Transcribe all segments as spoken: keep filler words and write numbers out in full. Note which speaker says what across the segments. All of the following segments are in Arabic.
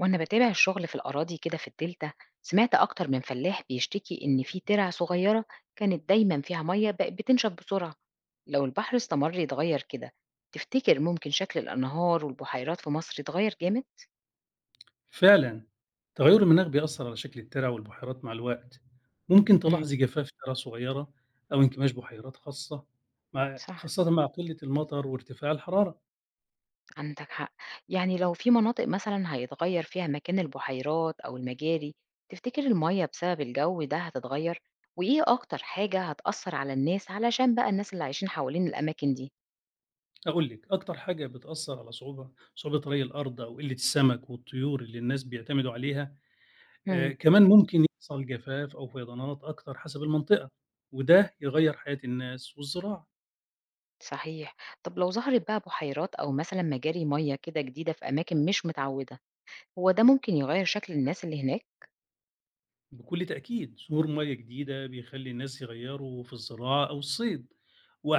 Speaker 1: وأنا بتابع الشغل في الأراضي كده في الدلتا، سمعت أكتر من فلاح بيشتكي إن في ترع صغيرة كانت دايما فيها مية بقت بتنشف بسرعة. لو البحر استمر يتغير كده، تفتكر ممكن شكل الأنهار والبحيرات في مصر يتغير جامد؟
Speaker 2: فعلًا، تغيُّر المناخ بيأثّر على شكل الترع والبحيرات مع الوقت، ممكن
Speaker 1: مم.
Speaker 2: تلاحظي جفاف ترع صغيرة أو انكماش بحيرات خاصة مع
Speaker 1: صح،
Speaker 2: خاصةً مع قلة المطر وارتفاع الحرارة،
Speaker 1: عندك حق. يعني لو في مناطق مثلا هيتغير فيها مكان البحيرات أو المجاري، تفتكر المية بسبب الجو ده هتتغير؟ وإيه أكتر حاجة هتأثر على الناس علشان بقى الناس اللي عايشين حوالين الأماكن دي؟
Speaker 2: هاقول لِك أكتر حاجة بتأثّر على صعوبة صعوبة ري الأرض أو قلة السمك والطيور اللي الناس بيعتمدوا عليها، آآ
Speaker 1: مم.
Speaker 2: كمان ممكن يحصل جفاف أو فيضانات أكتر حسب المنطقة، وده يغيّر حياة الناس والزراعة.
Speaker 1: صحيح. طب لو ظهرت بقى بحيرات أو مثلًا مجاري مَيّة كده جديدة في أماكن مش متعوّدة، هو ده ممكن يغيّر شكل الناس اللي هناك؟
Speaker 2: بكل تأكيد ظهور مياه جديدة بيخلي الناس يغيروا في الزراعة أو الصيد،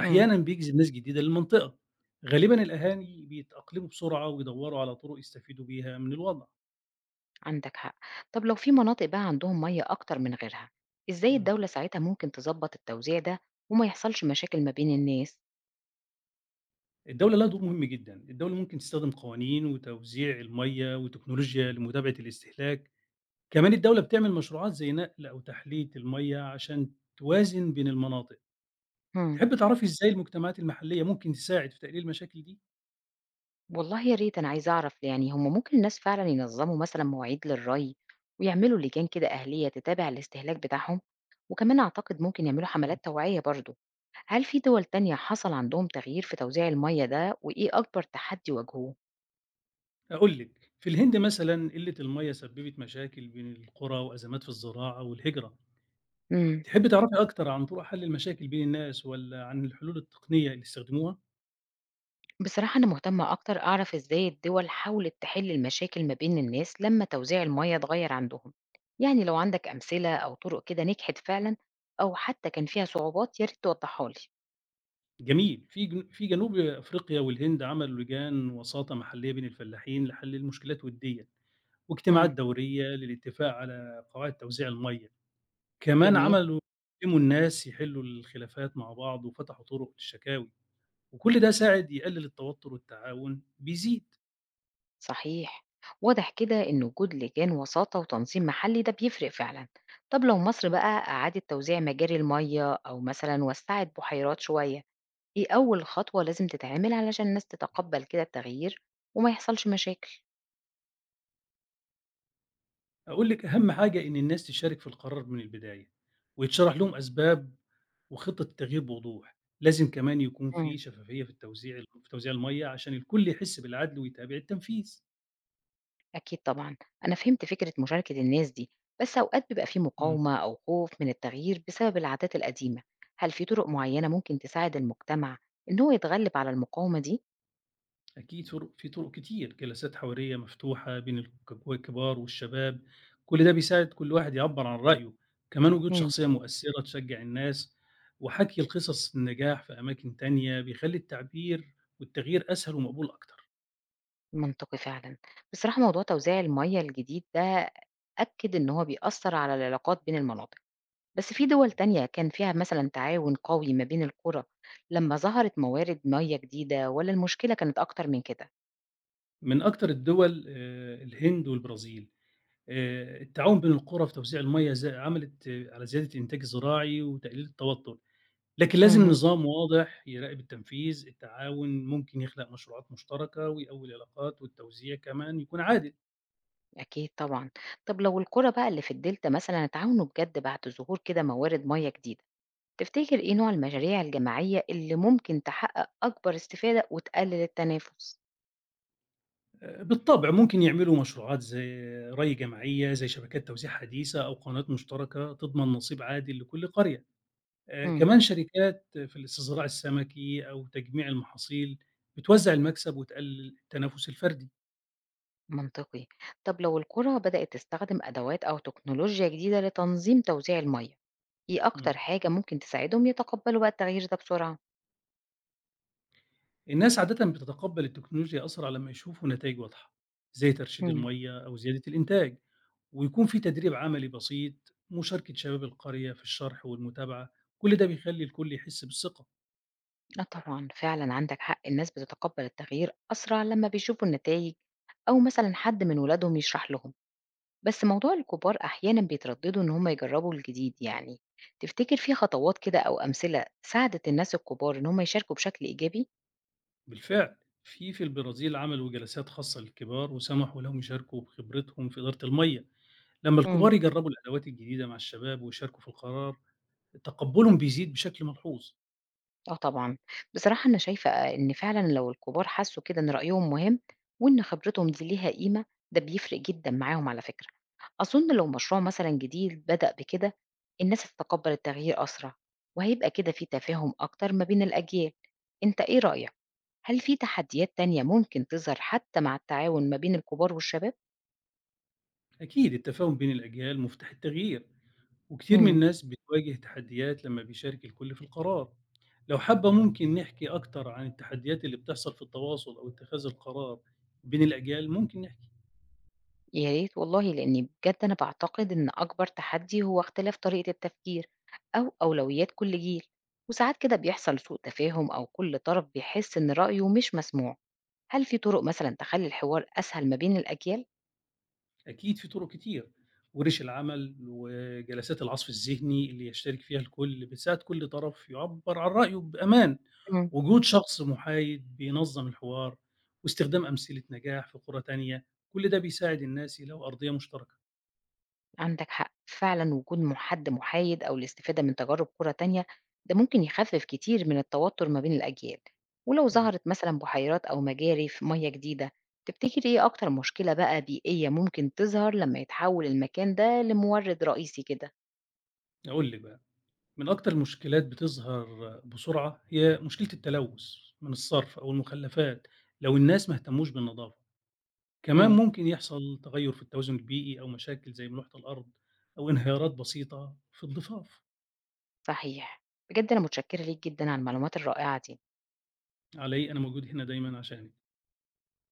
Speaker 1: إمم،
Speaker 2: بيجذب ناس جديدة للمنطقة. غالبا الأهالي بيتأقلموا بسرعة ويدوروا على طرق يستفيدوا بيها من الوضع.
Speaker 1: عندك حق. طب لو في مناطق بقى عندهم مَيّة أكتر من غيرها، إزاي
Speaker 2: مم.
Speaker 1: الدولة ساعتها ممكن تضبّط التوزيع ده وما يحصلش مشاكل ما بين الناس؟
Speaker 2: الدولة لها دور مهم جدا، الدولة ممكن تستخدم قوانين وتوزيع المية وتكنولوجيا لمتابعة الاستهلاك. كمان الدولة بتعمل مشروعات زي نقل أو تحلية المية عشان توازن بين المناطق.
Speaker 1: إمم.
Speaker 2: تحب تعرفي إزاي المجتمعات المحلية ممكن تساعد في تقليل المشاكل دي؟
Speaker 1: والله يا ريت، أنا عايزة أعرف يعني هم ممكن الناس فعلا ينظموا مثلا مواعيد للري ويعملوا لجان كده أهلية تتابع الاستهلاك بتاعهم، وكمان أعتقد ممكن يعملوا حملات توعية برضو. هل في دول تانية حصل عندهم تغيير في توزيع المية ده وإيه أكبر تحدي واجهوه؟
Speaker 2: أقول لِك، في الهند مثلًا قِلّة المَيّة سبِّبت مشاكل بين القرى وأزمات في الزراعة والهجرة.
Speaker 1: امم.
Speaker 2: تحبّي تعرفي أكتر عن طرق حل المشاكل بين الناس والّا عن الحلول التقنية اللي استخدموها؟
Speaker 1: بصراحة أنا مهتمة أكتر أعرف إزاي الدول حاولت تحل المشاكل ما بين الناس لما توزيع المية اتغير عندهم. يعني لو عندك أمثلة أو طرق كده نجحت فعلا، أو حتى كان فيها صعوبات، يا ريت توضحها لي.
Speaker 2: جميل، في جن في جنوب أفريقيا والهند عملوا لجان وساطة محلية بين الفلاحين لحل المشكلات وديًا، واجتماعات
Speaker 1: امم.
Speaker 2: دورية للاتفاق على قواعد توزيع المَيّة. كمان
Speaker 1: جميل.
Speaker 2: عملوا علّموا الناس يحلّوا الخلافات مع بعض وفتحوا طرق للشكاوي، وكل ده ساعد يقلل التوتر والتعاون بيزيد.
Speaker 1: صحيح، واضح كده إن وجود لجان وساطة وتنظيم محلي ده بيفرق فعلا. طب لو مصر بقى أعادت توزيع مجاري المية أو مثلا وسعت بحيرات شوية، إيه أول خطوة لازم تتعمل علشان الناس تتقبل كده التغيير وما يحصلش مشاكل؟
Speaker 2: أقول لِك أهم حاجة إن الناس تشارك في القرار من البداية، ويتشرح لهم أسباب وخطة التغيير بوضوح، لازم كمان يكون في
Speaker 1: مم.
Speaker 2: شفافية في التوزيع في توزيع المَيّة عشان الكل يحس بالعدل ويتابع التنفيذ.
Speaker 1: أكيد طبعا، أنا فهمت فكرة مشاركة الناس دي، بس أوقات بيبقى في
Speaker 2: إمم.
Speaker 1: مقاومة أو خوف من التغيير بسبب العادات القديمة. هل في طرق معينة ممكن تساعد المجتمع إن هو يتغلب على المقاومة دي؟
Speaker 2: أكيد طرق، في طرق كتير، جلسات حوارية مفتوحة بين الك الكبار والشباب، كل ده بيساعد كل واحد يعبّر عن رأيه، كمان وجود
Speaker 1: مم.
Speaker 2: شخصية مؤثرة تشجّع الناس، وحكي القصص النجاح في أماكن تانية بيخلّي التعبير والتغيير أسهل ومقبول أكتر.
Speaker 1: منطقي فعلًا. بصراحة موضوع توزيع المَيّة الجديد ده أكد إن هو بيأثّر على العلاقات بين المناطق، بس في دول تانية كان فيها مثلًا تعاون قوي ما بين القرى لمّا ظهرت موارد مَيّة جديدة، والّا المشكلة كانت أكتر من كده؟
Speaker 2: من أكتر الدول آآ الهند والبرازيل، آآ التعاون بين القرى في توزيع المَيّة ز عملِت آه، على زيادة الإنتاج الزراعي وتقليل التوتر، لكن لازم
Speaker 1: اهم.
Speaker 2: نظام واضح يراقب التنفيذ، التعاون ممكن يخلق مشروعات مشتركة ويقوي العلاقات والتوزيع كمان يكون عادل،
Speaker 1: أكيد طبعًا. طب لو القرى بقى اللي في الدلتا مثلًا اتعاونوا بجد بعد ظهور كده موارد مَيّة جديدة، تفتكر إيه نوع المشاريع الجماعية اللي ممكن تحقق أكبر استفادة وتقلل التنافس؟
Speaker 2: آآ بالطبع ممكن يعملوا مشروعات زي ري جماعية، زي شبكات توزيع حديثة أو قنوات مشتركة تضمن نصيب عادل لكل قرية. آآ
Speaker 1: إمم.
Speaker 2: كمان شركات في الاستصدار السمكي أو تجميع المحاصيل بتوزّع المكسب وتقلل التنافس الفردي.
Speaker 1: منطقي. طب لو القرى بدأت تستخدم أدوات أو تكنولوجيا جديدة لتنظيم توزيع المية، إيه
Speaker 2: إمم.
Speaker 1: أكتر حاجة ممكن تساعدهم يتقبلوا بقى التغيير ده بسرعة؟
Speaker 2: الناس عادةً بتتقبّل التكنولوجيا أسرع لمّا يشوفوا نتايج واضحة، زي ترشيد
Speaker 1: مم.
Speaker 2: المَيّة أو زيادة الإنتاج، ويكون في تدريب عملي بسيط، مشاركة شباب القرية في الشرح والمتابعة، كل ده بيخلّي الكل يحس بالثقة.
Speaker 1: آه طبعا، فعلا عندك حق، الناس بتتقبل التغيير أسرع لما بيشوفوا النتائج أو مثلا حد من ولادهم يشرح لهم. بس موضوع الكبار أحيانا بيترددوا إن هم يجربوا الجديد، يعني تفتكر في خطوات كده أو أمثلة ساعدت الناس الكبار إن هم يشاركوا بشكل إيجابي؟
Speaker 2: بالفعل، في في البرازيل عملوا جلسات خاصة للكبار وسمحوا لهم يشاركوا بخبرتهم في إدارة المَيّة، لمّا الكبار
Speaker 1: مم.
Speaker 2: يجرّبوا الأدوات الجديدة مع الشباب ويشاركوا في القرار، تقبُّلهم بيزيد بشكل ملحوظ.
Speaker 1: آه طبعًا. بصراحة أنا شايفة إن فعلًا لو الكبار حسّوا كده إن رأيهم مهم وإن خبرتهم دي ليها قيمة، ده بيفرق جدًا معاهم على فكرة. أظن لو مشروع مثلًا جديد بدأ بكده، الناس هتتقبّل التغيير أسرع وهيبقى كده في تفاهم أكتر ما بين الأجيال. أنت إيه رأيك، هل في تحديات تانية ممكن تظهر حتى مع التعاون ما بين الكبار والشباب؟
Speaker 2: أكيد التفاهم بين الأجيال مفتاح التغيير، وكتير من
Speaker 1: إمم.
Speaker 2: الناس بتواجه تحديات لمّا بيشارك الكل في القرار. لو حابة ممكن نحكي أكتر عن التحديات اللي بتحصل في التواصل أو اتخاذ القرار بين الأجيال، ممكن نحكي
Speaker 1: يا ريت والله، لأني بجد أنا بعتقد إن أكبر تحدي هو اختلاف طريقة التفكير أو أولويات كل جيل، وساعات كده بيحصل سوء تفاهم أو كل طرف بيحس إن رأيه مش مسموع. هل في طرق مثلا تخلي الحوار أسهل ما بين الأجيال؟
Speaker 2: أكيد في طرق كتير، ورش العمل وجلسات العصف الذهني اللي يشترك فيها الكل بتساعد كل طرف يعبّر عن رأيه بأمان، وجود شخص محايد بينظّم الحوار واستخدام أمثلة نجاح في قرى تانية، كل ده بيساعد الناس يلاقوا أرضية مشتركة.
Speaker 1: عندك حق فعلا، وجود مح- حد محايد أو الاستفادة من تجارب قرى تانية، ده ممكن يخفف كتير من التوتر ما بين الأجيال. ولو
Speaker 2: إمم،
Speaker 1: ظهرت مثلا بحيرات أو مجاري في مياه جديدة، تفتكر إيه أكتر مشكلة بقى بيئية ممكن تظهر لما يتحول المكان ده لمورد رئيسي كده؟
Speaker 2: أقول لِك بقى، من أكتر المشكلات بتظهر بسرعة هي مشكلة التلوث من الصرف أو المخلفات لو الناس ما اهتموش بالنضافة. كمان
Speaker 1: امم.
Speaker 2: ممكن يحصل تغير في التوازن البيئي أو مشاكل زي ملوحة الأرض أو انهيارات بسيطة في الضفاف.
Speaker 1: صحيح. بجد أنا متشكرة ليك جدا على المعلومات الرائعة دي.
Speaker 2: علي إيه؟ أنا موجود هنا دايما عشانك.